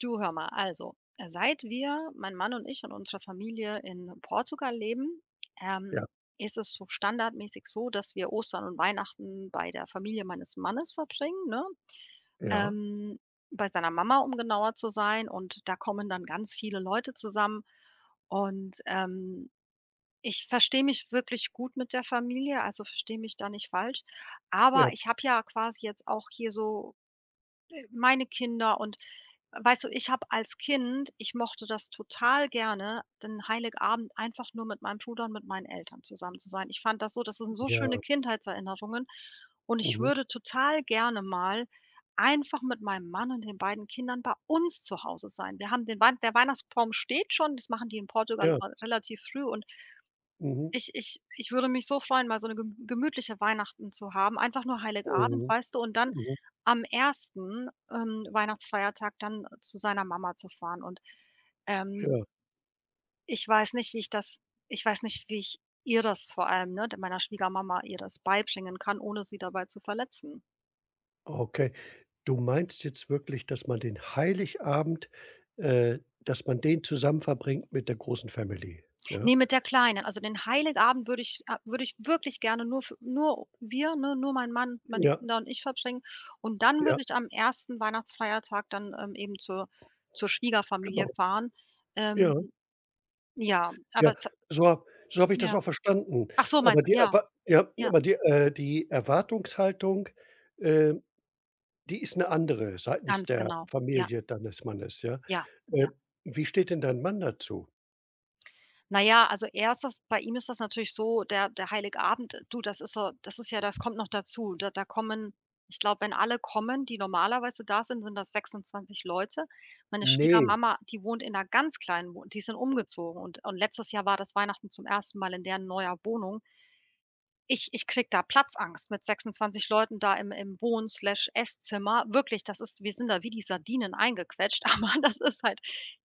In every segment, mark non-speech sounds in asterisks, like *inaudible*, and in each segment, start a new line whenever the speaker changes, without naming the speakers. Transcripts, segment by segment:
Du, hör mal, also, seit wir, mein Mann und ich und unsere Familie in Portugal leben,
Ja,
ähm, ist es so standardmäßig so, dass wir Ostern und Weihnachten bei der Familie meines Mannes verbringen, ne?
ja,
Ähm, Bei seiner Mama, um genauer zu sein. Und da kommen dann ganz viele Leute zusammen. Und ich verstehe mich wirklich gut mit der Familie, also verstehe mich da nicht falsch. Aber
ja,
ich habe ja quasi jetzt auch hier so meine Kinder. Und weißt du, ich habe als Kind ich mochte das total gerne, den Heiligabend einfach nur mit meinem Bruder und mit meinen Eltern zusammen zu sein. Ich fand das so das sind so schöne
ja,
Kindheitserinnerungen, und ich
mhm,
würde total gerne mal einfach mit meinem Mann und den beiden Kindern bei uns zu Hause sein. Wir haben den Wei Der Weihnachtsbaum steht schon, das machen die in Portugal
ja,
immer relativ früh. Und
mhm,
ich würde mich so freuen, mal so 'ne gemütliche Weihnachten zu haben, einfach nur Heiligabend,
mhm,
weißt du? Und dann
mhm,
am ersten Weihnachtsfeiertag dann zu seiner Mama zu fahren. Und, ähm,
ja,
ich weiß nicht, wie ich das ich weiß nicht, wie ich ihr das, vor allem, ne, d meiner Schwiegermama, ihr das beibringen kann, ohne sie dabei zu verletzen.
okay. Du meinst jetzt wirklich, dass man den Heiligabend dass man den zusammen verbringt mit der großen Family, ja?
Ne, mit der Kleinen. Also, den Heiligabend würde ich wirklich gerne nur für nur wir, ne, nur mein Mann, meine
Ja,
Kinder und ich verbringen. Und dann
ja,
würde ich am ersten Weihnachtsfeiertag dann, eben zur Schwiegerfamilie
genau.
fahren. Ähm,
Ja,
ja, aber
ja.
es.
So ha so habe ich das
Ja.
auch verstanden.
Ach so,
Aber
meinst
die
du? Ja,
Erwar Ja,
ja,
aber die Erwartungshaltung, äh Die ist 'ne andere seitens
ganz
der
genau. Ja,
Familie deines Mannes, ja?
ja.
Äh, Wie steht denn dein Mann dazu?
Na ja, also er das bei ihm ist das natürlich so, der Heiligabend, du, das ist so das ist ja das kommt noch dazu. Da da kommen Ich glaube, wenn alle kommen, die normalerweise da sind, sind das 26 Leute. Meine
Ne,
Schwiegermama, die wohnt in einer ganz kleinen Wohnung, die sind umgezogen, und letztes Jahr war das Weihnachten zum ersten Mal in deren neuer Wohnung. Ich kriege da Platzangst mit 26 Leuten da im Wohn/Esszimmer. Wirklich, das ist wir sind da wie die Sardinen eingequetscht, *laughs* aber das ist halt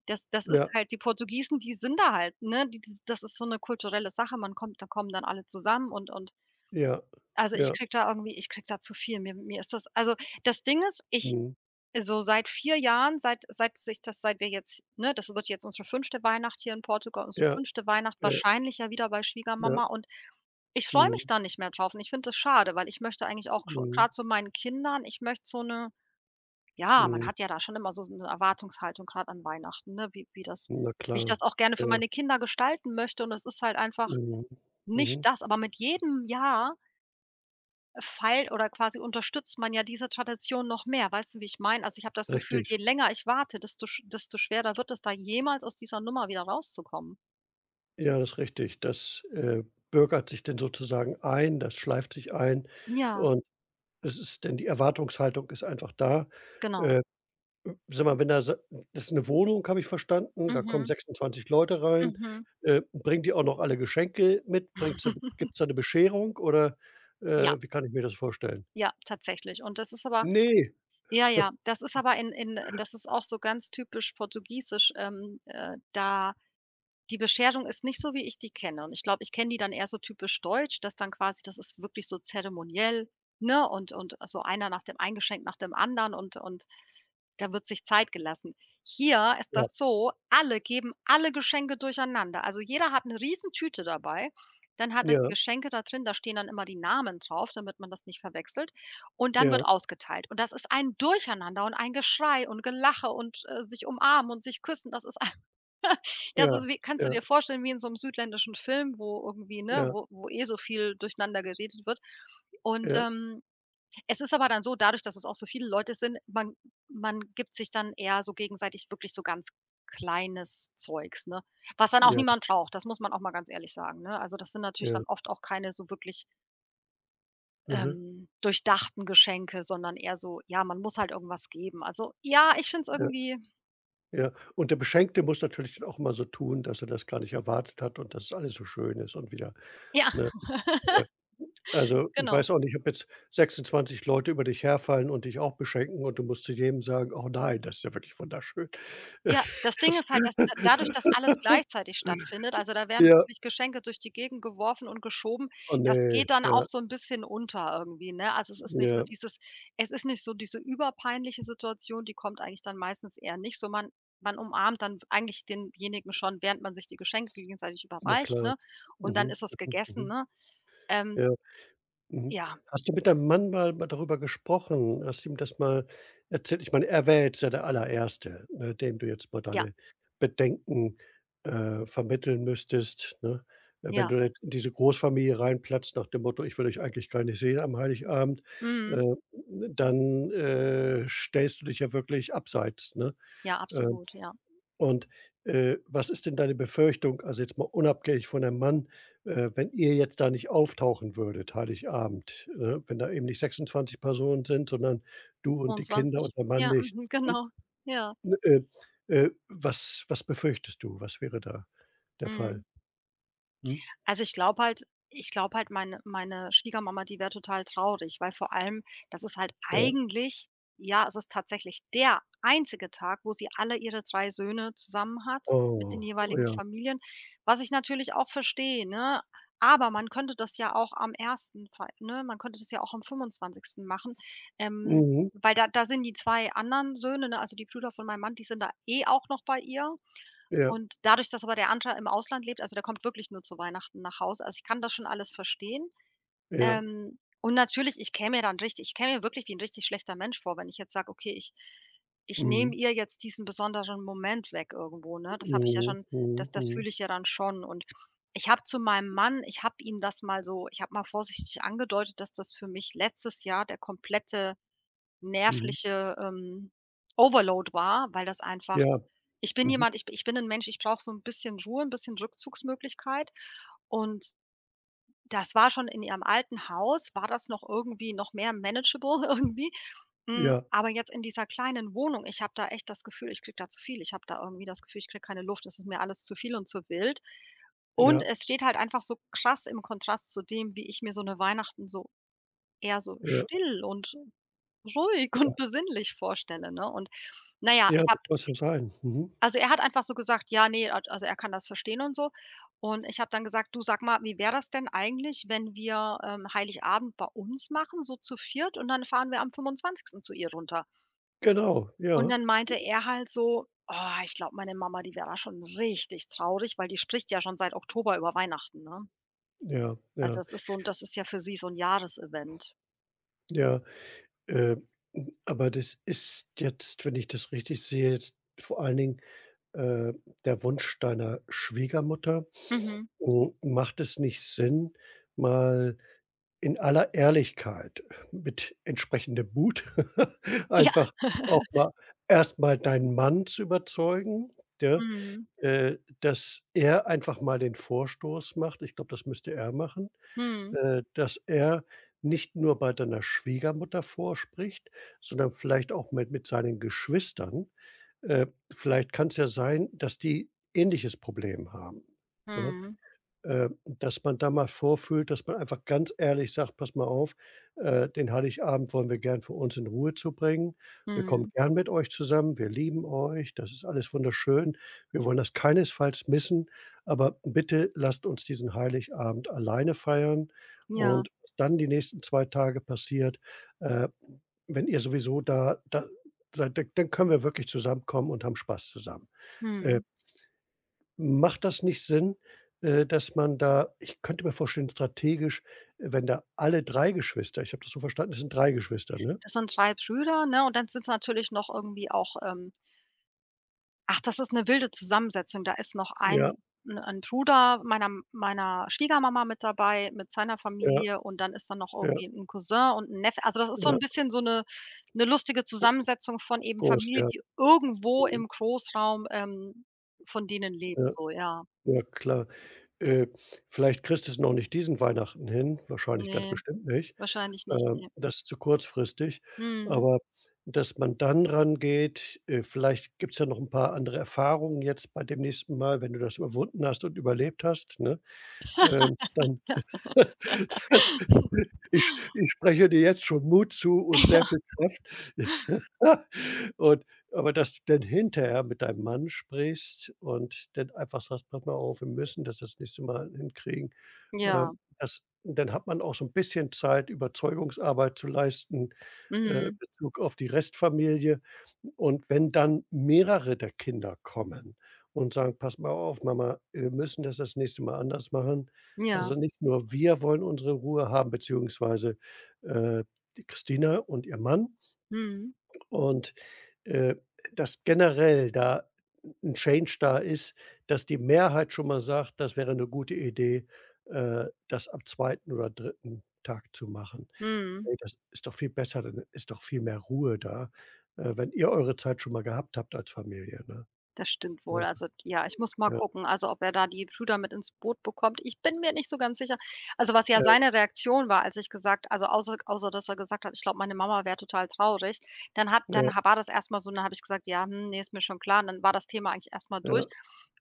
das das ist
ja,
halt die Portugiesen, die sind da halt, ne? Die das das ist so eine kulturelle Sache. Man kommt da kommen dann alle zusammen, und
ja,
also,
ja,
ich kriege da zu viel. Mir ist das, also, das Ding ist, ich
mhm,
so seit 4 Jahren, seit seit sich das seit wir jetzt, ne, das wird jetzt unsere fünfte Weihnacht hier in Portugal, unsere
ja,
fünfte Weihnacht,
ja,
wahrscheinlich ja wieder bei
ja,
Schwiegermama. Und ich freue mich
mhm,
da nicht mehr drauf, und ich finde das schade, weil ich möchte eigentlich auch gerade
mhm,
grad so meinen Kindern ich möchte so eine ja, man
mhm,
hat ja da schon immer so eine Erwartungshaltung gerade an Weihnachten, ne,
na
wie ich
klar,
das auch gerne für
ja,
meine Kinder gestalten möchte, und es ist halt einfach
mhm,
nicht
mhm,
das. Aber mit jedem Jahr feilt oder quasi unterstützt man ja diese Tradition noch mehr. Weißt du, wie ich meine? Also, ich habe das Gefühl,
richtig.
je länger ich warte, desto schwerer wird es, da jemals aus dieser Nummer wieder rauszukommen.
Ja, das ist richtig. Das bürgert sich dann sozusagen ein, das schleift sich ein
Ja,
und es ist denn die Erwartungshaltung ist einfach da.
genau.
Äh Sag mal, wenn da so das ist eine Wohnung, habe ich verstanden, da kommen
Mhm,
26 Leute rein.
mhm.
Bringen die auch noch alle Geschenke mit? Bringt's da
*laughs*
Gibt's da eine Bescherung oder,
Ja,
äh, wie kann ich mir das vorstellen?
ja, tatsächlich. Und das ist aber
Ne,
Ja, ja, das ist aber in das ist auch so ganz typisch portugiesisch, da die Bescherung ist nicht so, wie ich die kenne. Und ich glaube, ich kenne die dann eher so typisch deutsch, dass dann quasi das ist wirklich so zeremoniell, ne, ein Geschenk nach dem anderen, da wird sich Zeit gelassen. Hier ist das
ja,
so, alle geben alle Geschenke durcheinander. Also, jeder hat eine riesen Tüte dabei. Dann hat er die
ja,
Geschenke da drin, da stehen dann immer die Namen drauf, damit man das nicht verwechselt. Und dann wird
ja,
ausgeteilt. Und das ist ein Durcheinander und ein Geschrei und Gelache und, sich umarmen und sich küssen. Das ist
ja,
Wie kannst du
ja,
dir vorstellen, wie in so 'nem südländischen Film, wo irgendwie, ne,
ja,
wo eh so viel durcheinander geredet wird. Und,
ja,
es ist aber dann so, dadurch, dass es auch so viele Leute sind, man gibt sich dann eher so gegenseitig wirklich so ganz kleines Zeugs, ne? Was dann auch
ja,
niemand braucht, das muss man auch mal ganz ehrlich sagen, ne? Also, das sind natürlich
ja,
dann oft auch keine so wirklich,
mhm,
durchdachten Geschenke, sondern eher so, ja, man muss halt irgendwas geben. Also, ja, ich finde es
ja,
irgendwie
ja. Und der Beschenkte muss natürlich dann auch immer so tun, dass er das gar nicht erwartet hat und dass alles so schön ist und wieder,
ja,
ne?
*laughs*
Also, ich
genau.
weiß auch nicht, ob jetzt 26 Leute über dich herfallen und dich auch beschenken und du musst zu jedem sagen: „Oh nein, das ist ja wirklich wunderschön."
Ja,
*laughs*
das Ding
Das
ist halt, dass da, dadurch, dass
*laughs*
alles gleichzeitig stattfindet, also, da werden
Ja,
wirklich Geschenke durch die Gegend geworfen und geschoben.
oh
Das
ne,
geht dann auch
ja,
so ein bisschen unter irgendwie, ne?
ja,
Es ist nicht so diese überpeinliche Situation, die kommt eigentlich dann meistens eher nicht so. Man man umarmt dann eigentlich denjenigen schon, während man sich die Geschenke gegenseitig
na
überreicht,
klar.
ne? Und dann
Mhm,
ist es
mhm,
gegessen,
mhm.
ne? Ähm,
Ja. Mhm.
ja,
Hast du mit deinem Mann mal darüber gesprochen? Hast du ihm das mal erzählt? Ich meine, er wäre jetzt ja der Allererste, ne, dem du jetzt mal
ja,
deine Bedenken, vermitteln müsstest, ne? Wenn
ja.
du jetzt in diese Großfamilie reinplatzt nach dem Motto: „Ich will euch eigentlich gar nicht sehen am Heiligabend", äh,
Mhm.
dann, stellst du dich ja wirklich abseits, ne?
Ja,
Ähm
absolut, ja.
und, was ist denn deine Befürchtung, also jetzt mal unabhängig von dem Mann, wenn ihr jetzt da nicht auftauchen würdet, Heiligabend, ne? Wenn da eben nicht 26 Personen sind, sondern du und die Kinder
22.
und der Mann
Ja,
nicht.
mhm,
Hm,
genau. Ja.
Äh, was befürchtest du? Was wäre da der
Mhm.
Fall? Hm?
Also, ich glaube halt ich glaube halt, meine Schwiegermama, die wäre total traurig, weil vor allem das ist halt
Ja.
eigentlich ja, es ist tatsächlich der einzige Tag, wo sie alle ihre 3 Söhne zusammen hat mit den
Oh,
jeweiligen
ja.
Familien, was ich natürlich auch verstehe, ne? Aber man könnte das ja auch am ersten, fei ne, man könnte das ja auch am 25. machen, ähm,
Mhm.
weil da sind die 2 anderen Söhne, ne, also die Brüder von meinem Mann, die sind da eh auch noch bei ihr.
Ja,
Und dadurch, dass aber der andere im Ausland lebt, also, der kommt wirklich nur zu Weihnachten nach Hause. Also, ich kann das schon alles verstehen.
ja.
Und natürlich, ich käme mir wirklich wie ein richtig schlechter Mensch vor, wenn ich jetzt sage: „Okay, ich nehme
Mhm.
ihr jetzt diesen besonderen Moment weg irgendwo“, ne? Das habe ich ja
Mhm.
schon,
Mhm.
das
Mhm.
fühle ich ja dann schon. Und ich habe zu meinem Mann ich habe ihm das mal so ich habe mal vorsichtig angedeutet, dass das für mich letztes Jahr der komplette
Mhm.
nervliche, Overload war, weil das einfach
Ja. Mhm.
ich bin ein Mensch, ich brauche so ein bisschen Ruhe, ein bisschen Rückzugsmöglichkeit, und das war schon in ihrem alten Haus war das noch irgendwie noch mehr manageable *laughs* irgendwie. Hm,
Ja,
aber jetzt in dieser kleinen Wohnung, ich habe da echt das Gefühl, ich kriege da zu viel. Ich habe da irgendwie das Gefühl, ich kriege keine Luft. Das ist mir alles zu viel und zu wild. Und
ja,
es steht halt einfach so krass im Kontrast zu dem, wie ich mir so eine Weihnachten so eher so
ja.
still und ruhig und besinnlich vorstelle, ne? Und naja,
Ja, das muss so sein. Mhm.
er hat einfach so gesagt: „Ja, ne“, al also, er kann das verstehen und so. Und ich habe dann gesagt: „Du, sag mal, wie wäre das denn eigentlich, wenn wir, Heiligabend bei uns machen, so zu viert und dann fahren wir am 25. zu ihr runter?“
Genau,
Und
ja,
dann meinte er halt so: „Oh, ich glaube, meine Mama, die wäre da schon richtig traurig, weil die spricht ja schon seit Oktober über Weihnachten, ne?
ja, ja.
Das ist ja für sie so 'n Jahresevent.“
Ja, äh, aber das ist jetzt, wenn ich das richtig sehe, jetzt vor allen Dingen, äh, der Wunsch deiner Schwiegermutter.
Mhm.
Macht es nicht Sinn, mal in aller Ehrlichkeit mit entsprechendem Mut *laughs*
Ja.
einfach auch mal erst mal deinen Mann zu überzeugen, ja,
Mhm.
äh, dass er einfach mal den Vorstoß macht. Ich glaube, das müsste er machen
Mhm.
äh, dass er nicht nur bei deiner Schwiegermutter vorspricht, sondern vielleicht auch mit seinen Geschwistern. Vielleicht kann es ja sein, dass die ähnliches Problem haben, ne?
Mhm.
Dass man da mal vorfühlt, dass man einfach ganz ehrlich sagt: „Pass mal auf, den Heiligabend wollen wir gern für uns in Ruhe zu bringen. Wir kommen
Mhm.
gern mit euch zusammen. Wir lieben euch. Das ist alles wunderschön. Wir wollen das keinesfalls missen, aber bitte lasst uns diesen Heiligabend alleine feiern
Ja,
und was dann die nächsten 2 Tage passiert, äh, wenn ihr sowieso da seid, dann können wir wirklich zusammenkommen und haben Spaß zusammen." Äh
mhm.
Macht das nicht Sinn, dass man da ich könnte mir vorstellen, strategisch, wenn da alle 3 Geschwister ich habe das so verstanden, das sind drei Geschwister, ne?
Das sind 3 Brüder, ne, und dann sind's natürlich noch irgendwie auch, ach, das ist 'ne wilde Zusammensetzung. Da ist noch
Ja,
ein 'n Bruder meiner Schwiegermama mit dabei, mit seiner
ja,
Familie, und dann ist da noch
ja,
irgendwie 'n Cousin und 'n Neffe. Also, das ist so
ja,
'n bisschen 'ne lustige
o
Zusammensetzung von eben
groß,
Familie,
ja.
die irgendwo
Mhm.
im Großraum, von denen lebt
Ja,
so, ja.
ja, klar. Äh, Vielleicht kriegst du's noch nicht diesen Weihnachten hin, wahrscheinlich ganz
Ne,
bestimmt nicht.
wahrscheinlich nicht, ne.
Das ist zu kurzfristig,
Mhm.
aber dass man dann rangeht, vielleicht gibt's ja noch 'n paar andere Erfahrungen jetzt bei dem nächsten Mal, wenn du das überwunden hast und überlebt hast, ne? Dann *laughs*
*laughs*
Ich spreche dir jetzt schon Mut zu und sehr viel Kraft. *laughs* Und aber dass du dann hinterher mit deinem Mann sprichst und dann einfach sagst: „Pass mal auf, wir müssen das das nächste Mal hinkriegen."
Ja,
Das dann hat man auch so ein bisschen Zeit, Überzeugungsarbeit zu leisten, in
mhm.
Bezug auf die Restfamilie. Und wenn dann mehrere der Kinder kommen und sagen: „Pass mal auf, Mama, wir müssen das das nächste Mal anders machen.
Ja,
Also, nicht nur wir wollen unsere Ruhe haben, beziehungsweise, äh, die Christina und ihr Mann
mhm,
und äh, dass generell da ein Change da ist, dass die Mehrheit schon mal sagt, das wäre eine gute Idee, das am zweiten oder dritten Tag zu machen.
mhm.
Ey, das ist doch viel besser, dann ist doch viel mehr Ruhe da, wenn ihr eure Zeit schon mal gehabt habt als Familie, ne?
Das stimmt wohl.
Ja,
Also, ja, ich muss mal
ja,
gucken, also, ob er da die Brüder mit ins Boot bekommt. Ich bin mir nicht so ganz sicher. Also, was ja
ja,
seine Reaktion war, als ich gesagt, also, außer dass er gesagt hat: „Ich glaube, meine Mama wäre total traurig.“ Dann hat
ja,
dann ha War das erst mal so, und dann habe ich gesagt: „Ja, hm, ne, ist mir schon klar.“ Und dann war das Thema eigentlich erst mal durch.
ja,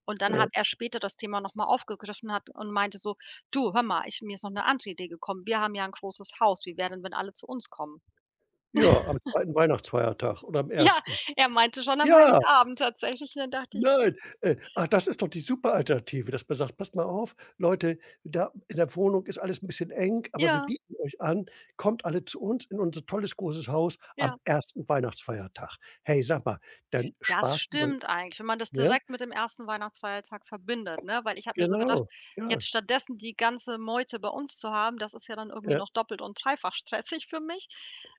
Und dann
ja.
hat er später das Thema noch mal aufgegriffen hat und meinte so: „Du, hör mal, ich mir ist noch eine andere Idee gekommen. Wir haben ja ein großes Haus. Wie wäre denn, wenn alle zu uns kommen?“ *laughs*
Ja, am zweiten Weihnachtsfeiertag oder am
Ja,
ersten?
er meinte schon am
Ja!
Heiligabend tatsächlich, und dann dachte ich so
Nein, ach, das ist doch die super Alternative, dass man sagt: „Passt mal auf, Leute, da in der Wohnung ist alles 'n bisschen eng, aber wir
ja,
bieten euch an, kommt alle zu uns in unser tolles großes Haus am
ja.
ersten Weihnachtsfeiertag." Hey, sag mal, dann
Das
sparst du dann
stimmt eigentlich, wenn man das
ja,
direkt mit dem ersten Weihnachtsfeiertag verbindet, ne? Weil ich habe mir so gedacht,
genau.
jetzt
Ja,
stattdessen die ganze Meute bei uns zu haben, das ist ja dann irgendwie
ja,
noch doppelt und dreifach *laughs* stressig für mich.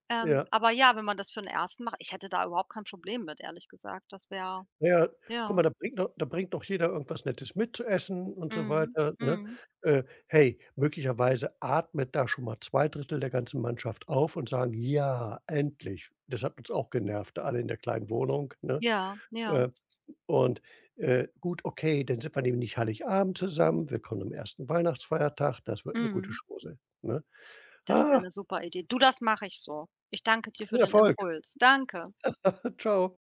ja.
Aber ja, wenn man das für den ersten macht, ich hätte da überhaupt kein Problem mit, ehrlich gesagt. Das wäre
Ja, guck
ja,
mal, da bringt doch jeder irgendwas Nettes mit zu essen und so
mhm,
weiter, ne?
mhm,
Hey, möglicherweise atmet da schon mal 2 Drittel der ganzen Mannschaft auf und sagen: „Ja, endlich." Das hat uns auch genervt, alle in der kleinen Wohnung, ne?
ja, ja,
Äh, und, gut, okay, dann sind wir nämlich nicht Heiligabend zusammen, wir kommen am ersten Weihnachtsfeiertag, das wird eine gute
mhm.
Chose, ne?
Das wäre
Ah,
eine super Idee. Du, das mache ich so. Ich danke dir für
viel
den
Erfolg.
Impuls. Danke.
*laughs* Ciao.